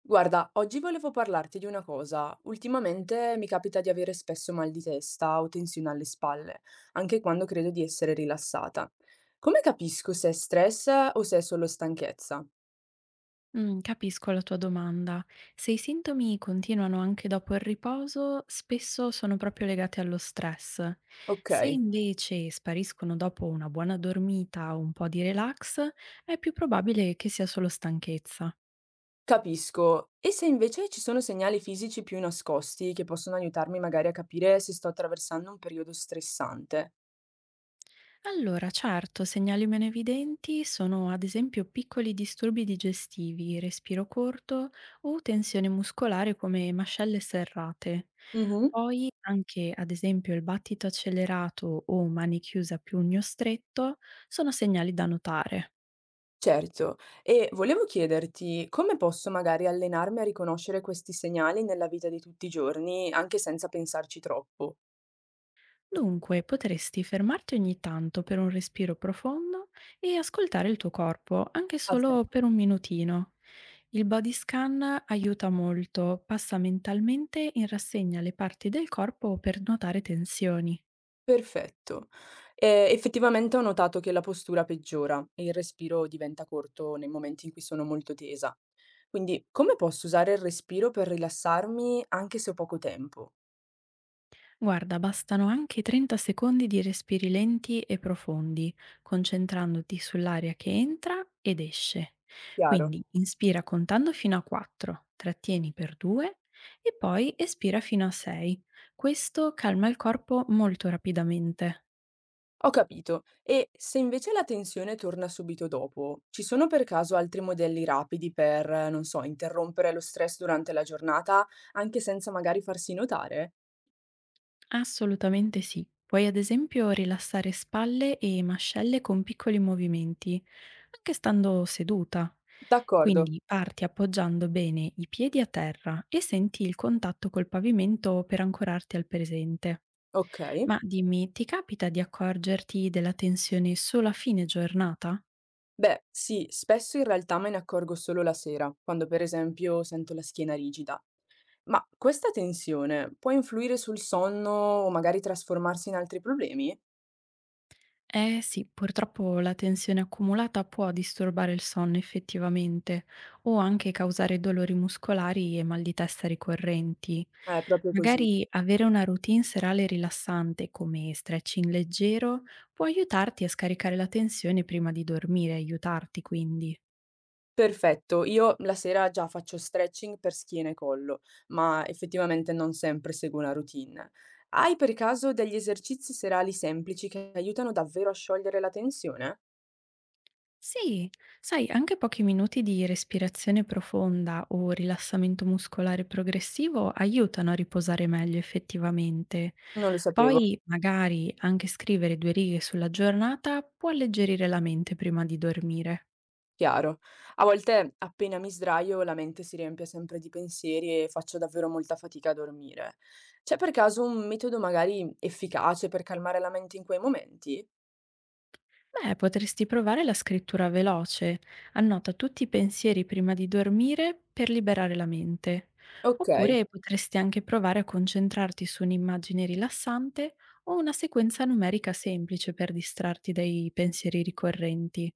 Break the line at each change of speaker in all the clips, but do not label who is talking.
Guarda, oggi volevo parlarti di una cosa. Ultimamente mi capita di avere spesso mal di testa o tensione alle spalle, anche quando credo di essere rilassata. Come capisco se è stress o se è solo stanchezza?
Capisco la tua domanda. Se i sintomi continuano anche dopo il riposo, spesso sono proprio legati allo stress.
Ok,
Se invece spariscono dopo una buona dormita o un po' di relax, è più probabile che sia solo stanchezza.
capisco. E se invece ci sono segnali fisici più nascosti che possono aiutarmi magari a capire se sto attraversando un periodo stressante?
Allora, certo, segnali meno evidenti sono ad esempio piccoli disturbi digestivi, respiro corto o tensione muscolare come mascelle serrate.
Mhm.
Poi anche ad esempio il battito accelerato o mani chiuse a pugno stretto sono segnali da notare.
Certo, e volevo chiederti come posso magari allenarmi a riconoscere questi segnali nella vita di tutti i giorni, anche senza pensarci troppo?
Dunque, potresti fermarti ogni tanto per un respiro profondo e ascoltare il tuo corpo, anche
Ha
solo
senso.
per un minutino. Il body scan aiuta molto, passa mentalmente in rassegna le parti del corpo per notare tensioni.
Perfetto. Effettivamente ho notato che la postura peggiora e il respiro diventa corto nei momenti in cui sono molto tesa. Quindi, come posso usare il respiro per rilassarmi anche se ho poco tempo?
Guarda, bastano anche 30 secondi di respiri lenti e profondi, concentrandoti sull'aria che entra ed esce.
Chiaro.
Quindi inspira contando fino a 4, trattieni per 2 e poi espira fino a 6. Questo calma il corpo molto rapidamente.
Ho capito. E se invece la tensione torna subito dopo, ci sono per caso altri modelli rapidi per, non so, interrompere lo stress durante la giornata, anche senza magari farsi notare?
Assolutamente sì. Puoi ad esempio rilassare spalle e mascelle con piccoli movimenti, anche stando seduta.
D'accordo.
Quindi parti appoggiando bene i piedi a terra e senti il contatto col pavimento per ancorarti al presente.
Ok.
Ma dimmi, ti capita di accorgerti della tensione solo a fine giornata?
Beh, sì, spesso in realtà me ne accorgo solo la sera, quando per esempio sento la schiena rigida. Ma questa tensione può influire sul sonno o magari trasformarsi in altri problemi?
Eh sì, purtroppo la tensione accumulata può disturbare il sonno effettivamente o anche causare dolori muscolari e mal di testa ricorrenti.
È proprio così.
Magari avere una routine serale rilassante come stretching leggero può aiutarti a scaricare la tensione prima di dormire, aiutarti quindi.
Perfetto, io la sera già faccio stretching per schiena e collo, ma effettivamente non sempre seguo una routine. Hai per caso degli esercizi serali semplici che aiutano davvero a sciogliere la tensione?
Sì, sai, anche pochi minuti di respirazione profonda o rilassamento muscolare progressivo aiutano a riposare meglio effettivamente.
Non lo sapevo,
Poi, magari anche scrivere due righe sulla giornata può alleggerire la mente prima di dormire.
chiaro. A volte appena mi sdraio la mente si riempie sempre di pensieri e faccio davvero molta fatica a dormire. C'è per caso un metodo magari efficace per calmare la mente in quei momenti?
Beh, potresti provare la scrittura veloce. Annota tutti i pensieri prima di dormire per liberare la mente.
Ok.
Oppure potresti anche provare a concentrarti su un'immagine rilassante o una sequenza numerica semplice per distrarti dai pensieri ricorrenti.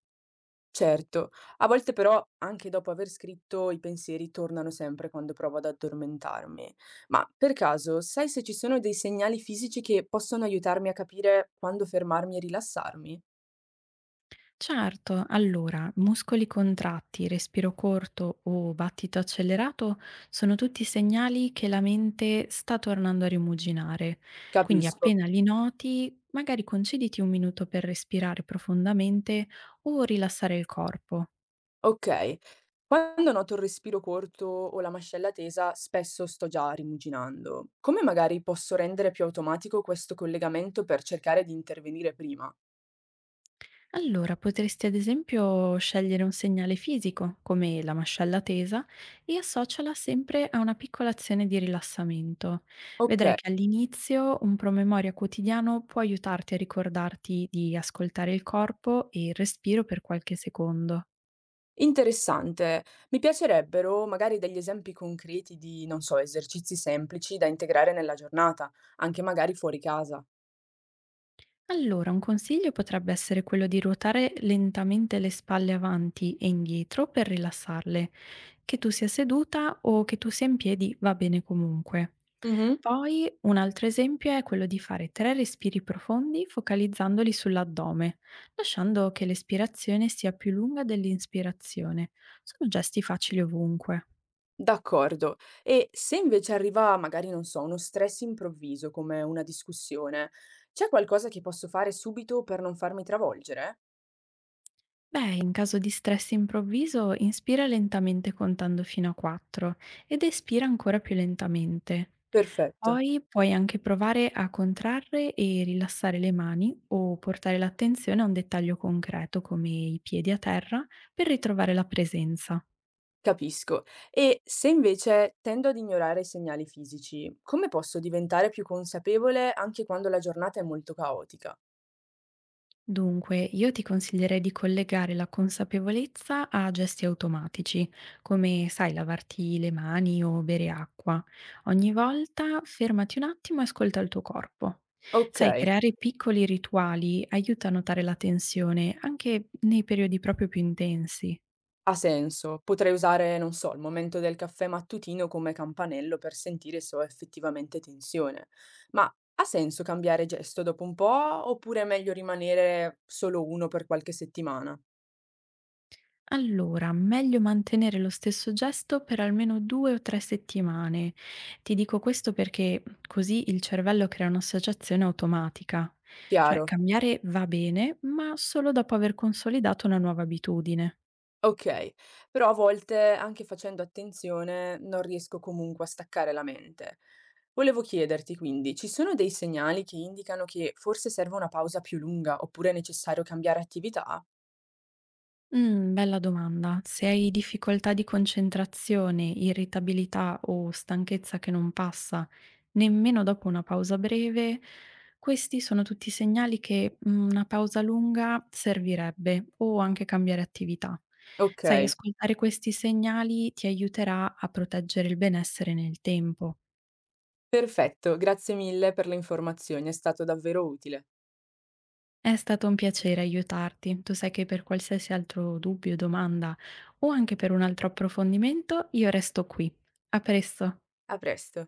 Certo, a volte però anche dopo aver scritto i pensieri tornano sempre quando provo ad addormentarmi. Ma per caso, sai se ci sono dei segnali fisici che possono aiutarmi a capire quando fermarmi e rilassarmi?
Certo, allora, muscoli contratti, respiro corto o battito accelerato sono tutti segnali che la mente sta tornando a rimuginare. Quindi
Capisco.
appena li noti, magari concediti un minuto per respirare profondamente o rilassare il corpo.
Ok, quando noto il respiro corto o la mascella tesa, spesso sto già rimuginando. Come magari posso rendere più automatico questo collegamento per cercare di intervenire prima?
Allora, potresti ad esempio scegliere un segnale fisico, come la mascella tesa, e associala sempre a una piccola azione di rilassamento.
Ok.
Vedrai che all'inizio un promemoria quotidiano può aiutarti a ricordarti di ascoltare il corpo e il respiro per qualche secondo.
Interessante. Mi piacerebbero magari degli esempi concreti di, non so, esercizi semplici da integrare nella giornata, anche magari fuori casa.
Allora, un consiglio potrebbe essere quello di ruotare lentamente le spalle avanti e indietro per rilassarle. Che tu sia seduta o che tu sia in piedi va bene comunque.
Mhm.
Poi un altro esempio è quello di fare tre respiri profondi focalizzandoli sull'addome, lasciando che l'espirazione sia più lunga dell'inspirazione. Sono gesti facili ovunque.
D'accordo. E se invece arriva magari, non so, uno stress improvviso come una discussione, c'è qualcosa che posso fare subito per non farmi travolgere?
Beh, in caso di stress improvviso, inspira lentamente contando fino a 4 ed espira ancora più lentamente.
Perfetto,
Poi puoi anche provare a contrarre e rilassare le mani o portare l'attenzione a un dettaglio concreto come i piedi a terra per ritrovare la presenza.
capisco. E se invece tendo ad ignorare i segnali fisici, come posso diventare più consapevole anche quando la giornata è molto caotica?
Dunque, io ti consiglierei di collegare la consapevolezza a gesti automatici, come, sai, lavarti le mani o bere acqua. Ogni volta fermati un attimo e ascolta il tuo corpo.
Ok.
Sai, creare piccoli rituali aiuta a notare la tensione anche nei periodi proprio più intensi.
Ha senso. Potrei usare, non so, il momento del caffè mattutino come campanello per sentire se ho effettivamente tensione. Ma ha senso cambiare gesto dopo un po' oppure è meglio rimanere solo uno per qualche settimana?
Allora, meglio mantenere lo stesso gesto per almeno 2 o 3 settimane. Ti dico questo perché così il cervello crea un'associazione automatica. Cioè
Chiaro.
cambiare va bene, ma solo dopo aver consolidato una nuova abitudine.
Ok, però a volte anche facendo attenzione non riesco comunque a staccare la mente. Volevo chiederti quindi, ci sono dei segnali che indicano che forse serve una pausa più lunga oppure è necessario cambiare attività?
Bella domanda. Se hai difficoltà di concentrazione, irritabilità o stanchezza che non passa nemmeno dopo una pausa breve, questi sono tutti segnali che una pausa lunga servirebbe o anche cambiare attività. Sai,
Ok.
ascoltare questi segnali ti aiuterà a proteggere il benessere nel tempo.
Perfetto, grazie mille per le informazioni, è stato davvero utile.
È stato un piacere aiutarti. Tu sai che per qualsiasi altro dubbio, domanda o anche per un altro approfondimento, io resto qui. A presto.
A presto.